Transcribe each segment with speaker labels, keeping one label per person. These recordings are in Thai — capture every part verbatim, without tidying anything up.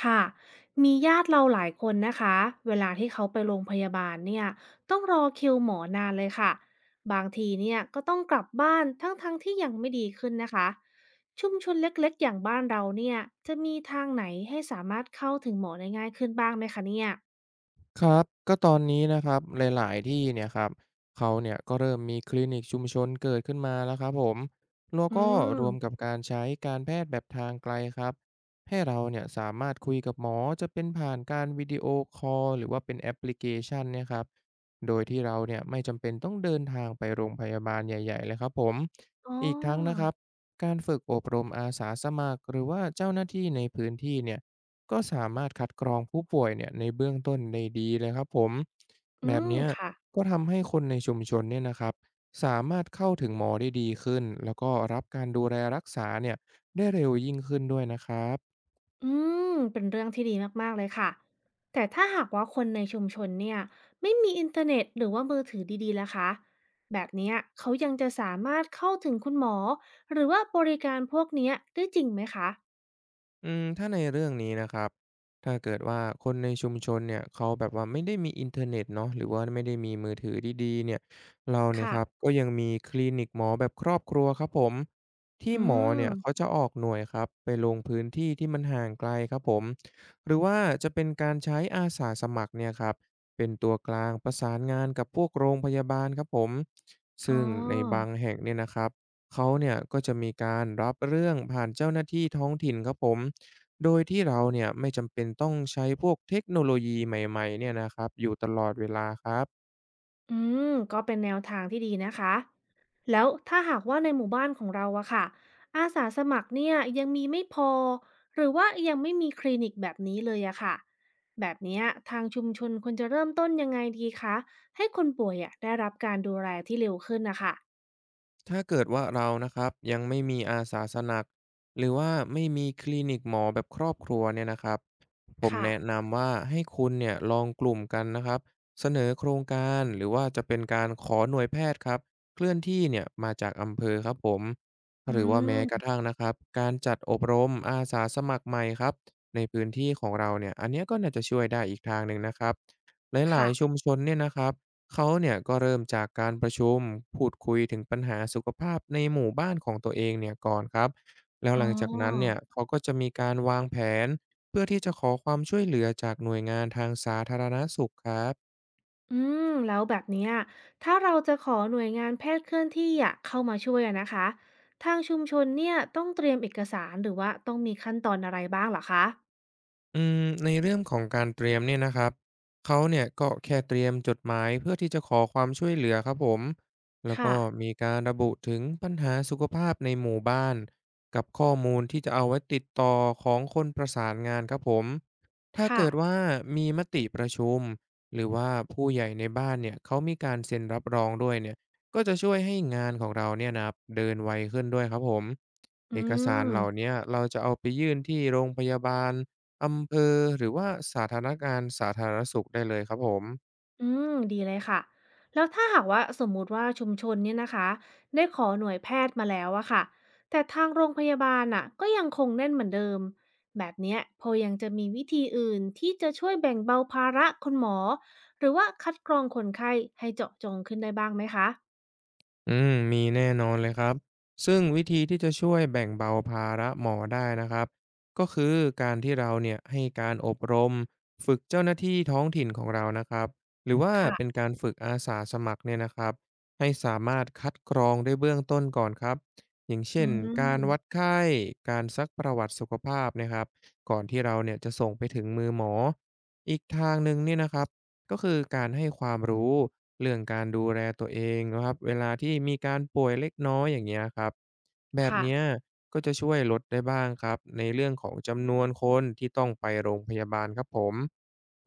Speaker 1: ค่ะมีญาติเราหลายคนนะคะเวลาที่เขาไปโรงพยาบาลเนี่ยต้องรอคิวหมอนานเลยค่ะบางทีเนี่ยก็ต้องกลับบ้านทั้งๆทที่ยังไม่ดีขึ้นนะคะชุมชนเล็กๆอย่างบ้านเราเนี่ยจะมีทางไหนให้สามารถเข้าถึงหมอได้ง่ายขึ้นบ้างไหมคะเนี่ย
Speaker 2: ครับก็ตอนนี้นะครับหลายๆที่เนี่ยครับเขาเนี่ยก็เริ่มมีคลินิกชุมชนเกิดขึ้นมาแล้วครับผมแล้ว
Speaker 1: อื
Speaker 2: ก็
Speaker 1: ม
Speaker 2: รวมกับการใช้การแพทย์แบบทางไกลครับให้เราเนี่ยสามารถคุยกับหมอจะเป็นผ่านการวิดีโอคอลหรือว่าเป็นแอปพลิเคชันเนี่ยครับโดยที่เราเนี่ยไม่จำเป็นต้องเดินทางไปโรงพยาบาลใหญ่ๆเลยครับผม
Speaker 1: อ๋
Speaker 2: อีกทั้งนะค
Speaker 1: อ
Speaker 2: รับการฝึกอบรมอาสาสมัครหรือว่าเจ้าหน้าที่ในพื้นที่เนี่ย ก็สามารถคัดกรองผู้ป่วยเนี่ยในเบื้องต้นได้ดีเลยครับผม
Speaker 1: อื
Speaker 2: แบบ
Speaker 1: ม
Speaker 2: เนี้ย
Speaker 1: ค่ะ
Speaker 2: ก็ทำให้คนในชุมชนเนี่ยนะครับสามารถเข้าถึงหมอได้ดีขึ้นแล้วก็รับการดูแลรักษาเนี่ยได้เร็วยิ่งขึ้นด้วยนะครับ
Speaker 1: อืมเป็นเรื่องที่ดีมากๆเลยค่ะแต่ถ้าหากว่าคนในชุมชนเนี่ยไม่มีอินเทอร์เน็ตหรือว่ามือถือดีๆล่ะคะแบบเนี้ยเขายังจะสามารถเข้าถึงคุณหมอหรือว่าบริการพวกเนี้ยได้จริงไหมคะ
Speaker 2: อืมถ้าในเรื่องนี้นะครับ ถ้าเกิดว่าคนในชุมชนเนี่ยเขาแบบว่าไม่ได้มีอินเทอร์เน็ตเนาะหรือว่าไม่ได้มีมือถือดีๆเนี่ยเราเนี่ยค
Speaker 1: ค่ะ
Speaker 2: รับ ก็ยังมีคลินิกหมอแบบครอบครัวครับผม ที่
Speaker 1: อื
Speaker 2: หมอ
Speaker 1: ม
Speaker 2: เนี่ยเขาจะออกหน่วยครับ ไปลงพื้นที่ที่มันห่างไกลครับผม หรือว่าจะเป็นการใช้อาสาสมัครเนี่ยครับ เป็นตัวกลางประสานงานกับพวกโรงพยาบาลครับผม
Speaker 1: อ๋อ
Speaker 2: ซึ่งในบางแห่งเนี่ยนะครับ เขาเนี่ยก็จะมีการรับเรื่องผ่านเจ้าหน้าที่ท้องถิ่นครับผม โดยที่เราเนี่ยไม่จำเป็นต้องใช้พวกเทคโนโลยีใหม่ๆเนี่ยนะครับอยู่ตลอดเวลาครับ
Speaker 1: อืมก็เป็นแนวทางที่ดีนะคะแล้วถ้าหากว่าในหมู่บ้านของเราอะค่ะอาสาสมัครเนี่ยยังมีไม่พอหรือว่ายังไม่มีคลินิกแบบนี้เลยอะค่ะแบบเนี้ยทางชุมชนควรจะเริ่มต้นยังไงดีคะให้คนป่วยอะได้รับการดูแลที่เร็วขึ้นนะคะ
Speaker 2: ถ้าเกิดว่าเรานะครับยังไม่มีอาสาสมัครหรือว่าไม่มีคลินิกหมอแบบครอบครัวเนี่ยนะครับผม
Speaker 1: ค่ะ
Speaker 2: แนะนำว่าให้คุณเนี่ยลองกลุ่มกันนะครับเสนอโครงการหรือว่าจะเป็นการขอหน่วยแพทย์ครับเคลื่อนที่เนี่ยมาจากอำเภอครับผม
Speaker 1: อื
Speaker 2: หรือว่าแม้
Speaker 1: ม
Speaker 2: กระทั่งนะครับการจัดอบรมอาสาสมัครใหม่ครับในพื้นที่ของเราเนี่ยอันเนี้ยก็น่าจะช่วยได้อีกทางหนึ่งนะครับหลาย
Speaker 1: ค่ะ
Speaker 2: ๆชุมชนเนี่ยนะครับ เขาเนี่ยก็เริ่มจากการประชุมพูดคุยถึงปัญหาสุขภาพในหมู่บ้านของตัวเองเนี่ยก่อนครับแล้ว
Speaker 1: อ๋
Speaker 2: ห
Speaker 1: อ
Speaker 2: ลังจากนั้นเนี่ยเขาก็จะมีการวางแผนเพื่อที่จะขอความช่วยเหลือจากหน่วยงานทางสาธารณสุขครับ
Speaker 1: อืมแล้วแบบเนี้ยถ้าเราจะขอหน่วยงานแพทย์เคลื่อนที่อะเข้ามาช่วยอะนะคะทางชุมชนเนี่ยต้องเตรียมเอกสารหรือว่าต้องมีขั้นตอนอะไรบ้างเหรอคะ
Speaker 2: อืมในเรื่องของการเตรียมเนี่ยนะครับเขาเนี่ยก็แค่เตรียมจดหมายเพื่อที่จะขอความช่วยเหลือครับผมแล้ว
Speaker 1: ค่ะ
Speaker 2: ก็มีการระบุถึงปัญหาสุขภาพในหมู่บ้านกับข้อมูลที่จะเอาไว้ติดต่อของคนประสานงานครับผมถ้า
Speaker 1: ค่ะ
Speaker 2: เกิดว่ามีมติประชุมหรือว่าผู้ใหญ่ในบ้านเนี่ยเขามีการเซ็นรับรองด้วยเนี่ยก็จะช่วยให้งานของเราเนี่ยนะครับเดินไวขึ้นด้วยครับผม
Speaker 1: อื
Speaker 2: เอกสาร
Speaker 1: ม
Speaker 2: เหล่าเนี้ยเราจะเอาไปยื่นที่โรงพยาบาล อำเภอหรือว่าสาธารณการสาธารณสุขได้เลยครับผม
Speaker 1: อืมดีเลยค่ะแล้วถ้าหากว่าสมมุติว่าชุมชนเนี่ยนะคะได้ขอหน่วยแพทย์มาแล้วอะค่ะแต่ทางโรงพยาบาลอะก็ยังคงแน่นเหมือนเดิมแบบเนี้ยพอยังจะมีวิธีอื่นที่จะช่วยแบ่งเบาภาระคุณหมอหรือว่าคัดกรองคนไข้ให้เจาะจงขึ้นได้บ้างไหมคะ
Speaker 2: อืมมีแน่นอนเลยครับซึ่งวิธีที่จะช่วยแบ่งเบาภาระหมอได้นะครับก็คือการที่เราเนี่ยให้การอบรมฝึกเจ้าหน้าที่ท้องถิ่นของเรานะครับหรือว่าเป็น
Speaker 1: ค่ะ
Speaker 2: การฝึกอาสาสมัครเนี่ยนะครับให้สามารถคัดกรองได้เบื้องต้นก่อนครับอย่าง
Speaker 1: อื
Speaker 2: เช่นการวัด
Speaker 1: ม
Speaker 2: ไข้การซักประวัติสุขภาพนะครับก่อนที่เราเนี่ยจะส่งไปถึงมือหมออีกทางหนึ่งเนี่ยนะครับก็คือการให้ความรู้ เรื่องการดูแลตัวเองนะครับเวลาที่มีการป่วยเล็กน้อยอย่างเงี้ยครับแบบ
Speaker 1: ค่ะ
Speaker 2: เนี้ยก็จะช่วยลดได้บ้างครับในเรื่องของจำนวนคนที่ต้องไปโรงพยาบาลครับผม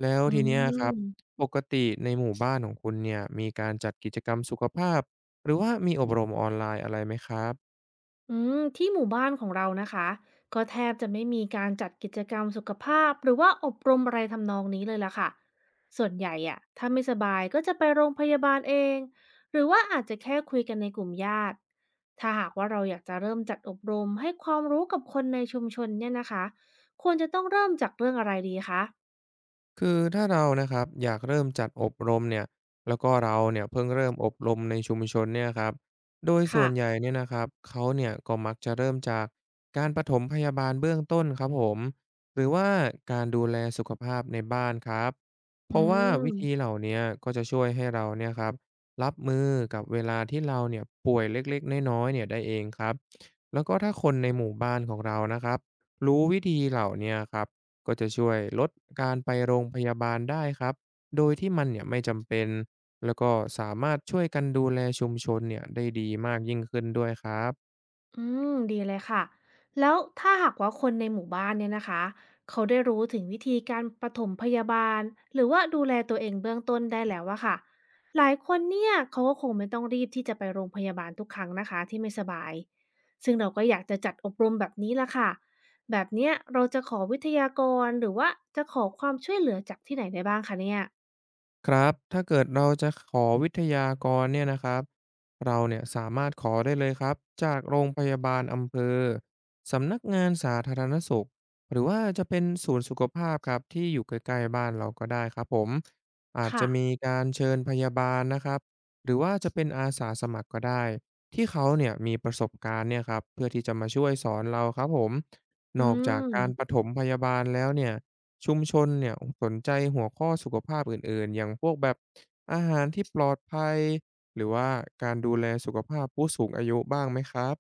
Speaker 2: แล้ว
Speaker 1: อื
Speaker 2: ทีเนี้ยครับ
Speaker 1: ม
Speaker 2: ปกติในหมู่บ้านของคุณเนี่ยมีการจัดกิจกรรมสุขภาพหรือว่ามีอบรมออนไลน์อะไรไหมครับ
Speaker 1: อืมที่หมู่บ้านของเรานะคะก็แทบจะไม่มีการจัดกิจกรรมสุขภาพหรือว่าอบรมอะไรทำนองนี้เลยล่ะค่ะส่วนใหญ่อะถ้าไม่สบายก็จะไปโรงพยาบาลเองหรือว่าอาจจะแค่คุยกันในกลุ่มญาติถ้าหากว่าเราอยากจะเริ่มจัดอบรมให้ความรู้กับคนในชุมชนเนี่ยนะคะควรจะต้องเริ่มจากเรื่องอะไรดีคะ
Speaker 2: คือถ้าเรานะครับอยากเริ่มจัดอบรมเนี่ยแล้วก็เราเนี่ยเพิ่งเริ่มอบรมในชุมชนเนี่ยครับโดยส่ว
Speaker 1: ค่ะ
Speaker 2: นใหญ่เนี่ยนะครับเขาเนี่ยก็มักจะเริ่มจากการปฐมพยาบาลเบื้องต้นครับผมหรือว่าการดูแลสุขภาพในบ้านครับเพ
Speaker 1: อื
Speaker 2: ราะว่าวิธี
Speaker 1: ม
Speaker 2: เหล่าเนี้ยก็จะช่วยให้เราเนี่ยครับรับมือกับเวลาที่เราเนี่ยป่วยเล็กๆน้อยๆเนี่ยได้เองครับแล้วก็ถ้าคนในหมู่บ้านของเรานะครับรู้วิธีเหล่าเนี้ยครับ ก็จะช่วยลดการไปโรงพยาบาลได้ครับ โดยที่มันเนี่ยไม่จำเป็นแล้วก็สามารถช่วยกันดูแลชุมชนเนี่ยได้ดีมากยิ่งขึ้นด้วยครับ
Speaker 1: อืมดีเลยค่ะแล้วถ้าหากว่าคนในหมู่บ้านเนี่ยนะคะเขาได้รู้ถึงวิธีการปฐมพยาบาลหรือว่าดูแลตัวเองเบื้องต้นได้แล้วอะค่ะหลายคนเนี่ยเขาก็คงไม่ต้องรีบที่จะไปโรงพยาบาลทุกครั้งนะคะที่ไม่สบายซึ่งเราก็อยากจะจัดอบรมแบบนี้ละค่ะแบบเนี้ยเราจะขอวิทยากรหรือว่าจะขอความช่วยเหลือจากที่ไหนได้บ้างคะเนี่ย
Speaker 2: ครับถ้าเกิดเราจะขอวิทยากรเนี่ยนะครับเราเนี่ยสามารถขอได้เลยครับจากโรงพยาบาลอำเภอสำนักงานสาธารณสุขหรือว่าจะเป็นศูนย์สุขภาพครับที่อยู่ใกล้ๆบ้านเราก็ได้ครับผมอาจจะ
Speaker 1: ค่ะ
Speaker 2: มีการเชิญพยาบาลนะครับหรือว่าจะเป็นอาสาสมัครก็ได้ที่เขาเนี่ยมีประสบการณ์เนี่ยครับเพื่อที่จะมาช่วยสอนเราครับผม
Speaker 1: อื
Speaker 2: นอกจากการป
Speaker 1: ม
Speaker 2: ฐมพยาบาลแล้วเนี่ย ชุมชนเนี่ยสนใจหัวข้อสุขภาพอื่นๆอย่างพวกแบบอาหารที่ปลอดภัยหรือว่าการดูแลสุขภาพผู้สูงอายุบ้างไหมครับ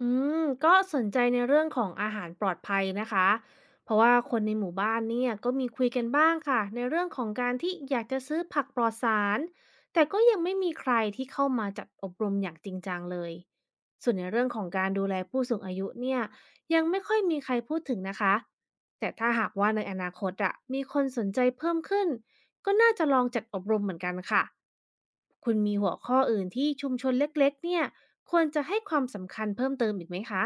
Speaker 1: อืมก็สนใจในเรื่องของอาหารปลอดภัยนะคะเพราะว่าคนในหมู่บ้านเนี่ยก็มีคุยกันบ้างค่ะในเรื่องของการที่อยากจะซื้อผักปลอดสารแต่ก็ยังไม่มีใครที่เข้ามาจัดอบรมอย่างจริงจังเลยส่วนในเรื่องของการดูแลผู้สูงอายุเนี่ยยังไม่ค่อยมีใครพูดถึงนะคะแต่ถ้าหากว่าในอนาคตอะมีคนสนใจเพิ่มขึ้น ก็น่าจะลองจัดอบรมเหมือนกันค่ะคุณมีหัวข้ออื่นที่ชุมชนเล็กๆเนี่ยควรจะให้ความสำคัญเพิ่มเติมอีกไหมคะ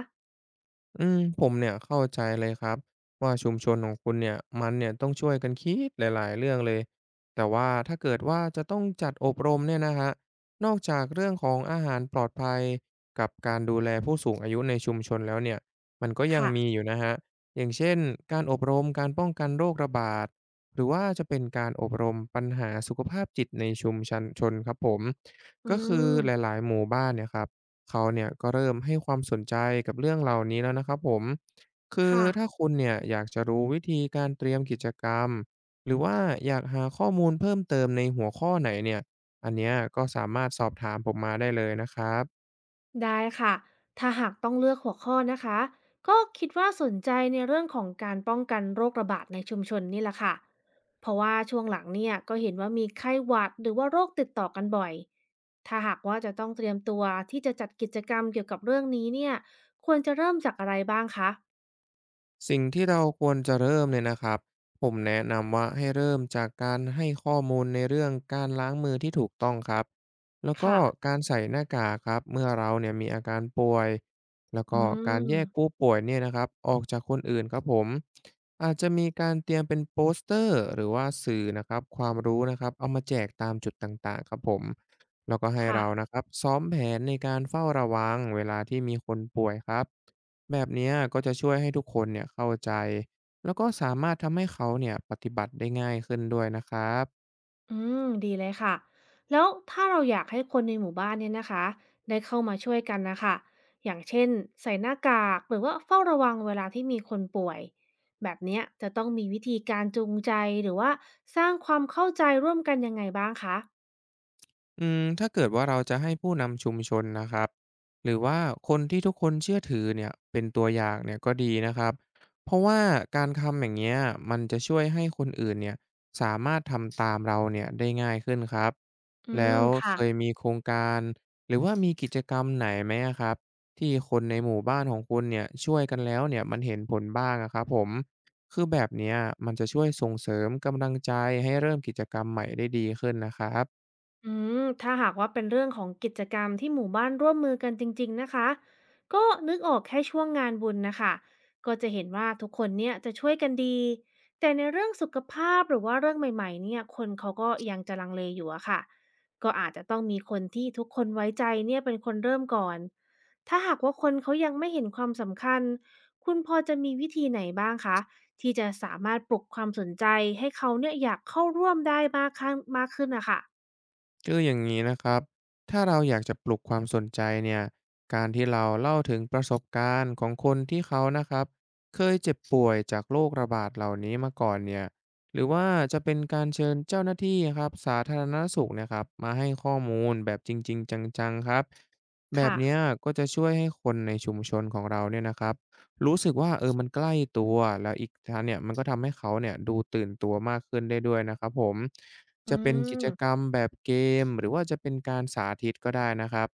Speaker 2: อืมผมเนี่ยเข้าใจเลยครับว่าชุมชนของคุณเนี่ยมันเนี่ยต้องช่วยกันคิดหลายๆเรื่องเลยแต่ว่าถ้าเกิดว่าจะต้องจัดอบรมเนี่ยนะฮะนอกจากเรื่องของอาหารปลอดภัยกับการดูแลผู้สูงอายุในชุมชนแล้วเนี่ยมันก็ยัง
Speaker 1: ค่ะ
Speaker 2: มีอยู่นะฮะอย่างเช่นการอบรมการป้องกันโรคระบาดหรือว่าจะเป็นการอบรมปัญหาสุขภาพจิตในชุมชนชนครับผม
Speaker 1: อื
Speaker 2: ก็คือห
Speaker 1: ม
Speaker 2: ลายๆหมู่บ้านเนี่ยครับ เขาเนี่ยก็เริ่มให้ความสนใจกับเรื่องเหล่านี้แล้วนะครับผม คือ
Speaker 1: ค่ะ
Speaker 2: ถ้าคุณเนี่ยอยากจะรู้วิธีการเตรียมกิจกรรม หรือว่าอยากหาข้อมูลเพิ่มเติมในหัวข้อไหนเนี่ยอันเนี้ยก็สามารถสอบถามผมมาได้เลยนะครับ
Speaker 1: ได้ค่ะถ้าหากต้องเลือกหัวข้อนะคะก็คิดว่าสนใจในเรื่องของการป้องกันโรคระบาดในชุมชนนี่แหละค่ะเพราะว่าช่วงหลังเนี่ยก็เห็นว่ามีไข้หวัดหรือว่าโรคติดต่อกันบ่อยถ้าหากว่าจะต้องเตรียมตัวที่จะจัดกิจกรรมเกี่ยวกับเรื่องนี้เนี่ยควรจะเริ่มจากอะไรบ้างคะ
Speaker 2: สิ่งที่เราควรจะเริ่มเนี่ยนะครับผมแนะนำว่าให้เริ่มจากการให้ข้อมูลในเรื่องการล้างมือที่ถูกต้องครับแล้วก็
Speaker 1: ค่ะ
Speaker 2: การใส่หน้ากากครับเมื่อเราเนี่ยมีอาการป่วยแล้ว
Speaker 1: อื
Speaker 2: ก็การ
Speaker 1: ม
Speaker 2: แยกผู้ป่วยเนี่ยนะครับออกจากคนอื่นครับผมอาจจะมีการเตรียมเป็นโปสเตอร์หรือว่าสื่อนะครับความรู้นะครับเอามาแจกตามจุดต่างๆครับผมแล้วก็ให้
Speaker 1: ค่ะ
Speaker 2: เรานะครับซ้อมแผนในการเฝ้าระวังเวลาที่มีคนป่วยครับ แบบเนี้ยก็จะช่วยให้ทุกคนเนี่ยเข้าใจแล้วก็สามารถทำให้เขาเนี่ยปฏิบัติได้ง่ายขึ้นด้วยนะครับ
Speaker 1: อืม ดีเลยค่ะ แล้วถ้าเราอยากให้คนในหมู่บ้านเนี่ยนะคะได้เข้ามาช่วยกันนะคะ อย่างเช่นใส่หน้ากาก หรือว่าเฝ้าระวังเวลาที่มีคนป่วยแบบเนี้ยจะต้องมีวิธีการจูงใจหรือว่าสร้างความเข้าใจร่วมกันยังไงบ้างคะ
Speaker 2: อืมถ้าเกิดว่าเราจะให้ผู้นำชุมชนนะครับหรือว่าคนที่ทุกคนเชื่อถือเนี่ยเป็นตัวอย่างเนี่ยก็ดีนะครับเพราะว่าการทำอย่างเงี้ยมันจะช่วยให้คนอื่นเนี่ยสามารถทำตามเราเนี่ยได้ง่ายขึ้นครับ
Speaker 1: อืม
Speaker 2: แล้ว
Speaker 1: ค่ะ
Speaker 2: เคยมีโครงการหรือว่ามีกิจกรรมไหนไหมอะครับที่คนในหมู่บ้านของคุณเนี่ยช่วยกันแล้วเนี่ยมันเห็นผลบ้างอะครับผมคือแบบเนี้ยมันจะช่วยส่งเสริมกำลังใจให้เริ่มกิจกรรมใหม่ได้ดีขึ้นนะครับ
Speaker 1: อืมถ้าหากว่าเป็นเรื่องของกิจกรรมที่หมู่บ้านร่วมมือกันจริงๆนะคะก็นึกออกแค่ช่วงงานบุญนะคะก็จะเห็นว่าทุกคนเนี่ยจะช่วยกันดีแต่ในเรื่องสุขภาพหรือว่าเรื่องใหม่ๆเนี่ยคนเขาก็ยังจะลังเลอยู่อะค่ะก็อาจจะต้องมีคนที่ทุกคนไว้ใจเนี่ยเป็นคนเริ่มก่อนถ้าหากว่าคนเขายังไม่เห็นความสำคัญคุณพอจะมีวิธีไหนบ้างคะที่จะสามารถปลุกความสนใจให้เขาเนี่ยอยากเข้าร่วมได้มากขึ้นมากขึ้นนะคะ
Speaker 2: คืออย่างนี้นะครับถ้าเราอยากจะปลุกความสนใจเนี่ยการที่เราเล่าถึงประสบการณ์ของคนที่เขานะครับเคยเจ็บป่วยจากโรคระบาดเหล่านี้มาก่อนเนี่ยหรือว่าจะเป็นการเชิญเจ้าหน้าที่ครับสาธารณสุขเนะครับมาให้ข้อมูลแบบจริงๆจังๆครับแบบ
Speaker 1: ค่ะ
Speaker 2: เนี้ยก็จะช่วยให้คนในชุมชนของเราเนี่ยนะครับ รู้สึกว่าเออมันใกล้ตัวแล้วอีกทางเนี่ยมันก็ทำให้เขาเนี่ยดูตื่นตัวมากขึ้นได้ด้วยนะครับผม
Speaker 1: อื
Speaker 2: จะเป็นกิจกรร
Speaker 1: ม
Speaker 2: มแบบเกมหรือว่าจะเป็นการสาธิตก็ได้นะครับ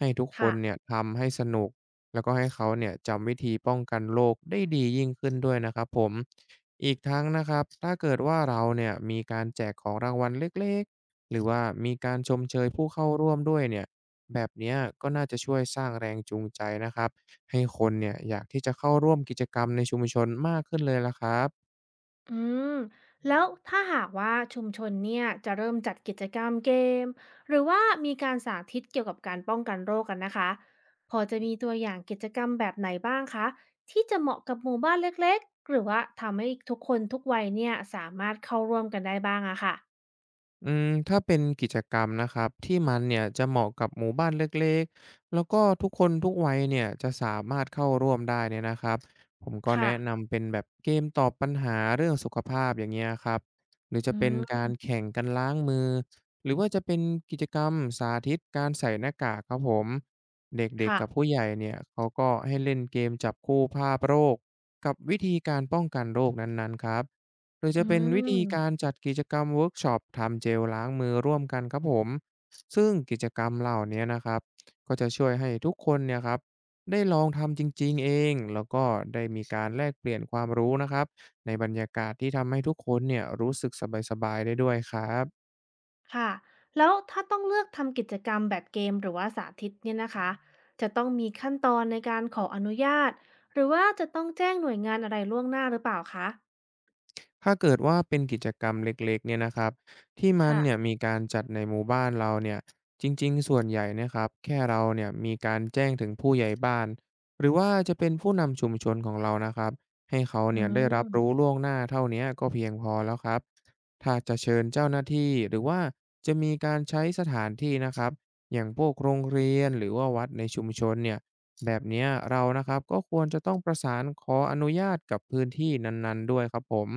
Speaker 2: ให้ทุกค
Speaker 1: ค่ะ
Speaker 2: นเนี่ยทำให้สนุกแล้วก็ให้เขาเนี่ยจำวิธีป้องกันโรคได้ดียิ่งขึ้นด้วยนะครับผมอีกทั้งนะครับถ้าเกิดว่าเราเนี่ยมีการแจกของรางวัลเล็กๆหรือว่ามีการชมเชยผู้เข้าร่วมด้วยเนี่ยแบบเนี้ยก็น่าจะช่วยสร้างแรงจูงใจนะครับ ให้คนเนี่ยอยากที่จะเข้าร่วมกิจกรรมในชุมชนมากขึ้นเลยล่ะครับ
Speaker 1: อืมแล้วถ้าหากว่าชุมชนเนี่ยจะเริ่มจัดกิจกรรมเกมหรือว่ามีการสาธิตเกี่ยวกับการป้องกันโรคกันนะคะ พอจะมีตัวอย่างกิจกรรมแบบไหนบ้างคะที่จะเหมาะกับหมู่บ้านเล็กๆหรือว่าทำให้ทุกคนทุกวัยเนี่ยสามารถเข้าร่วมกันได้บ้างอะค่ะ
Speaker 2: อืมถ้าเป็นกิจกรรมนะครับที่มันเนี่ยจะเหมาะกับหมู่บ้านเล็กๆแล้วก็ทุกคนทุกวัยเนี่ยจะสามารถเข้าร่วมได้เนี่ยนะครับผมก็
Speaker 1: ค่ะ
Speaker 2: แนะนำเป็นแบบเกมตอบปัญหาเรื่องสุขภาพอย่างเงี้ยครับหรือจะ
Speaker 1: อื
Speaker 2: เป็นการ
Speaker 1: ม
Speaker 2: แข่งกันล้างมือหรือว่าจะเป็นกิจกรรมสาธิตการใส่หน้ากากครับผมเด็ก
Speaker 1: ค่ะ
Speaker 2: ๆกับผู้ใหญ่เนี่ยเขาก็ให้เล่นเกมจับคู่ภาพโรคกับวิธีการป้องกันโรคนั้นๆครับ หรือจะ
Speaker 1: อื
Speaker 2: เป็นวิ
Speaker 1: ม
Speaker 2: ธีการจัดกิจกรรมเวิร์กช็อปทำเจลล้างมือร่วมกันครับผมซึ่งกิจกรรมเหล่านี้นะครับก็จะช่วยให้ทุกคนเนี่ยครับได้ลองทำจริงๆเองแล้วก็ได้มีการแลกเปลี่ยนความรู้นะครับในบรรยากาศที่ทำให้ทุกคนเนี่ยรู้สึกสบายๆได้ด้วยครับ
Speaker 1: ค่ะแล้วถ้าต้องเลือกทำกิจกรรมแบบเกมหรือว่าสาธิตเนี่ยนะคะจะต้องมีขั้นตอนในการขออนุญาตหรือว่าจะต้องแจ้งหน่วยงานอะไรล่วงหน้าหรือเปล่าคะ
Speaker 2: ถ้าเกิดว่าเป็นกิจกรรมเล็กๆเนี่ยนะครับที่มันเนี่ย
Speaker 1: ค่ะ
Speaker 2: มีการจัดในหมู่บ้านเราเนี่ยจริงๆส่วนใหญ่เนะครับแค่เราเนี่ยมีการแจ้งถึงผู้ใหญ่บ้านหรือว่าจะเป็นผู้นำชุมชนของเรานะครับให้เขา
Speaker 1: อื
Speaker 2: เนี่ยได้รับรู้
Speaker 1: ม
Speaker 2: ล่วงหน้าเท่าเนี้ยก็เพียงพอแล้วครับถ้าจะเชิญเจ้าหน้าที่หรือว่าจะมีการใช้สถานที่นะครับอย่างพวกโรงเรียนหรือว่าวัดในชุมชนเนี่ย แบบเนี้ยเรานะครับก็ควรจะต้องประสานขออนุญาตกับพื้นที่นั้นๆด้วยครับผม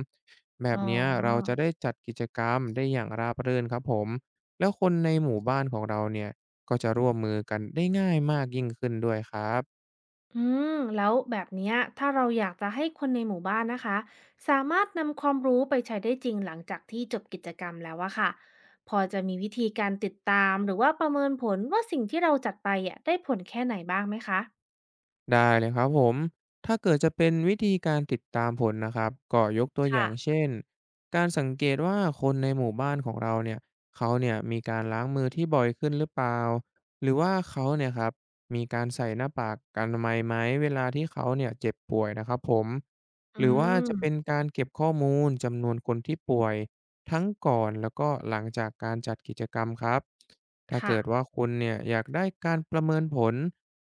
Speaker 2: แบบ
Speaker 1: อ๋
Speaker 2: เนี้ยเรา
Speaker 1: อ
Speaker 2: จะได้จัดกิจกรรมได้อย่างราบรื่นครับผมแล้วคนในหมู่บ้านของเราเนี่ยก็จะร่วมมือกันได้ง่ายมากยิ่งขึ้นด้วยครับ
Speaker 1: อืมแล้วแบบเนี้ยถ้าเราอยากจะให้คนในหมู่บ้านนะคะสามารถนำความรู้ไปใช้ได้จริงหลังจากที่จบกิจกรรมแล้วอะค่ะพอจะมีวิธีการติดตามหรือว่าประเมินผลว่าสิ่งที่เราจัดไปอะได้ผลแค่ไหนบ้างไหมคะ
Speaker 2: ได้เลยครับผม ถ้าเกิดจะเป็นวิธีการติดตามผลนะครับก็ยกตัวอ
Speaker 1: ค่ะ
Speaker 2: ย่างเช่นการสังเกตว่าคนในหมู่บ้านของเราเนี่ยเขาเนี่ยมีการล้างมือที่บ่อยขึ้นหรือเปล่าหรือว่าเขาเนี่ยครับมีการใส่หน้ากากอนามัยไหมเวลาที่เขาเนี่ยเจ็บป่วยนะครับผม
Speaker 1: อื
Speaker 2: หรือว่าจะ
Speaker 1: ม
Speaker 2: เป็นการเก็บข้อมูลจำนวนคนที่ป่วยทั้งก่อนแล้วก็หลังจากการจัดกิจกรรมครับถ้า
Speaker 1: ค่ะ
Speaker 2: เกิดว่าคุณเนี่ยอยากได้การประเมินผล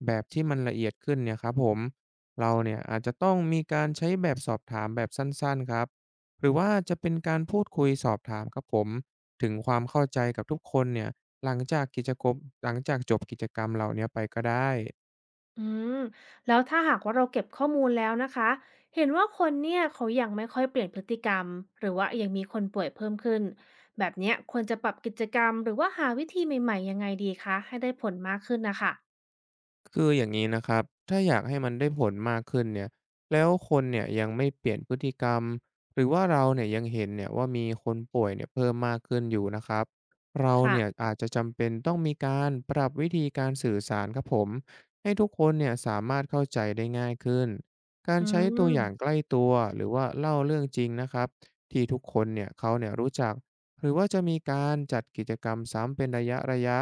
Speaker 2: แบบที่มันละเอียดขึ้นเนี่ยครับผมเราเนี่ยอาจจะต้องมีการใช้แบบสอบถามแบบสั้นๆครับหรือว่าจะเป็นการพูดคุยสอบถามครับผมถึงความเข้าใจกับทุกคนเนี่ยหลังจากกิจกรรมหลังจากจบกิจกรรมเหล่าเนี้ยไปก็ได้
Speaker 1: อืมแล้วถ้าหากว่าเราเก็บข้อมูลแล้วนะคะเห็นว่าคนเนี่ยเขายังไม่ค่อยเปลี่ยนพฤติกรรมหรือว่ายังมีคนป่วยเพิ่มขึ้นแบบเนี้ยควรจะปรับกิจกรรมหรือว่าหาวิธีใหม่ๆยังไงดีคะให้ได้ผลมากขึ้นนะคะ
Speaker 2: คืออย่างนี้นะครับถ้าอยากให้มันได้ผลมากขึ้นเนี่ยแล้วคนเนี่ยยังไม่เปลี่ยนพฤติกรรม หรือว่าเราเนี่ยยังเห็นเนี่ยว่ามีคนป่วยเนี่ยเพิ่มมากขึ้นอยู่นะครับเรา
Speaker 1: ค่ะ
Speaker 2: เนี่ยอาจจะจำเป็นต้องมีการปรับวิธีการสื่อสารครับผมให้ทุกคนเนี่ยสามารถเข้าใจได้ง่ายขึ้นการ
Speaker 1: อื
Speaker 2: ใช้ตัวอย่าง
Speaker 1: ม
Speaker 2: ใกล้ตัวหรือว่าเล่าเรื่องจริงนะครับ ที่ทุกคนเนี่ยเขาเนี่ยรู้จัก หรือว่าจะมีการจัดกิจกรรมซ้ำเป็นระยะระยะ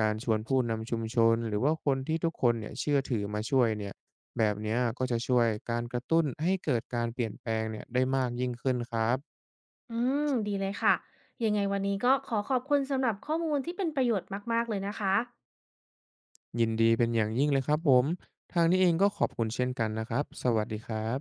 Speaker 2: การชวนผู้นำชุมชนหรือว่าคนที่ทุกคนเนี่ยเชื่อถือมาช่วยเนี่ยแบบเนี้ยก็จะช่วยการกระตุ้นให้เกิดการเปลี่ยนแปลงเนี่ยได้มากยิ่งขึ้นครับ
Speaker 1: อืมดีเลยค่ะยังไงวันนี้ก็ขอขอบคุณสำหรับข้อมูลที่เป็นประโยชน์มากๆเลยนะคะ
Speaker 2: ยินดีเป็นอย่างยิ่งเลยครับผมทางนี้เองก็ขอบคุณเช่นกันนะครับสวัสดีครับ